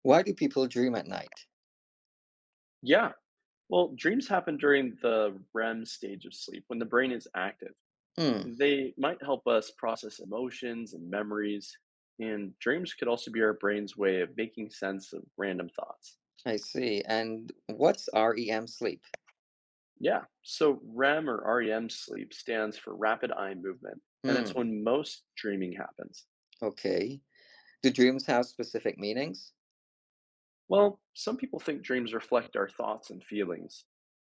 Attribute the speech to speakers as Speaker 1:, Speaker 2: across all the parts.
Speaker 1: Why do people dream at night?
Speaker 2: Yeah. Well, dreams happen during the REM stage of sleep when the brain is active.
Speaker 1: Hmm,
Speaker 2: They might help us process emotions and memories. And dreams could also be our brain's way of making sense of random thoughts.
Speaker 1: I see. And what's REM sleep?
Speaker 2: Yeah. So REM or REM sleep stands for rapid eye movement, and it's
Speaker 1: Hmm,
Speaker 2: when most dreaming happens.
Speaker 1: okay. Do dreams have specific meanings?
Speaker 2: Well, some people think dreams reflect our thoughts and feelings.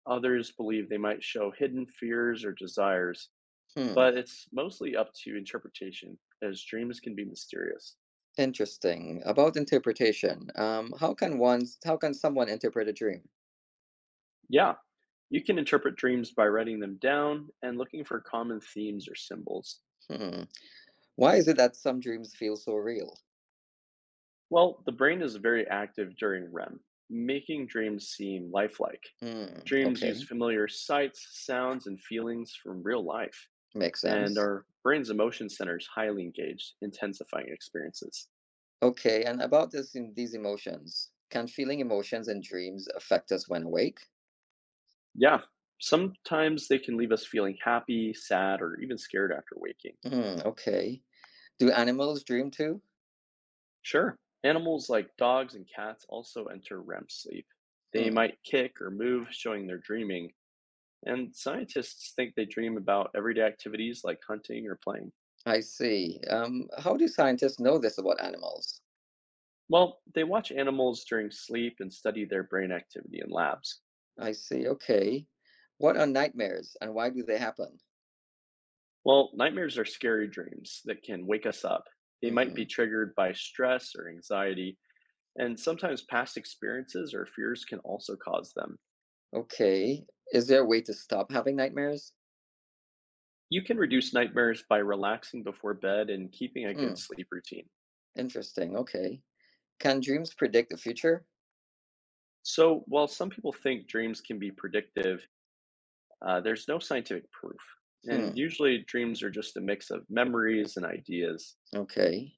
Speaker 2: Others believe they might show hidden fears or desires,
Speaker 1: Hmm,
Speaker 2: but it's mostly up to interpretation, as dreams can be mysterious.
Speaker 1: interesting. About interpretation, how can someone interpret a dream?
Speaker 2: Yeah, you can interpret dreams by writing them down and looking for common themes or symbols.
Speaker 1: Hmm, why is it that some dreams feel so real?
Speaker 2: Well, the brain is very active during REM, making dreams seem lifelike.
Speaker 1: Hmm,
Speaker 2: Dreams use
Speaker 1: okay,
Speaker 2: familiar sights, sounds, and feelings from real life,
Speaker 1: makes
Speaker 2: and
Speaker 1: sense.
Speaker 2: our brain's emotion center is highly engaged, intensifying experiences.
Speaker 1: Okay, and about this, in these emotions, can feeling emotions and dreams affect us when awake?
Speaker 2: Yeah, sometimes they can leave us feeling happy, sad, or even scared after waking.
Speaker 1: Hmm, okay. Do animals dream too?
Speaker 2: Sure. Animals like dogs and cats also enter REM sleep. They
Speaker 1: Hmm.
Speaker 2: might kick or move, showing they're dreaming, and scientists think they dream about everyday activities like hunting or playing.
Speaker 1: I see. How do scientists know this about animals?
Speaker 2: Well, they watch animals during sleep and study their brain activity in labs.
Speaker 1: I see. Okay. What are nightmares and why do they happen?
Speaker 2: Well, nightmares are scary dreams that can wake us up. They might be
Speaker 1: Hmm.
Speaker 2: triggered by stress or anxiety, and sometimes past experiences or fears can also cause them.
Speaker 1: Okay. Is there a way to stop having nightmares?
Speaker 2: You can reduce nightmares by relaxing before bed and keeping a good
Speaker 1: Hmm.
Speaker 2: sleep routine.
Speaker 1: Interesting. Okay. Can dreams predict the future?
Speaker 2: So, while some people think dreams can be predictive, there's no scientific proof. And
Speaker 1: Hmm.
Speaker 2: usually, dreams are just a mix of memories and ideas.
Speaker 1: Okay.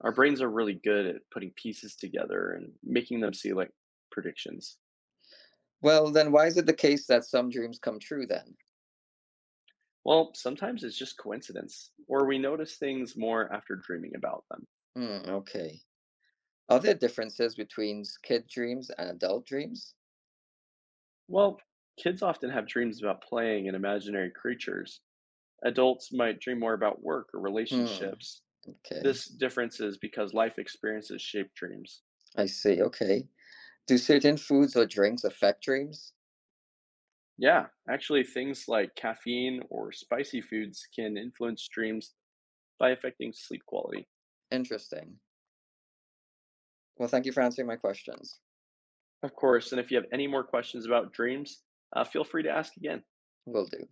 Speaker 2: Our brains are really good at putting pieces together and making them seem like predictions.
Speaker 1: Well, then why is it the case that some dreams come true then?
Speaker 2: Well, sometimes it's just coincidence, or we notice things more after dreaming about them.
Speaker 1: Hmm. Okay. Are there differences between kid dreams and adult dreams?
Speaker 2: Well, kids often have dreams about playing and imaginary creatures. Adults might dream more about work or
Speaker 1: Hmm.
Speaker 2: relationships.
Speaker 1: Okay.
Speaker 2: This difference is because life experiences shape dreams.
Speaker 1: I see. Okay. Do certain foods or drinks affect dreams?
Speaker 2: Yeah, actually, things like caffeine or spicy foods can influence dreams by affecting sleep quality.
Speaker 1: Interesting. Well, thank you for answering my questions.
Speaker 2: Of course, and if you have any more questions about dreams, feel free to ask again.
Speaker 1: Will do.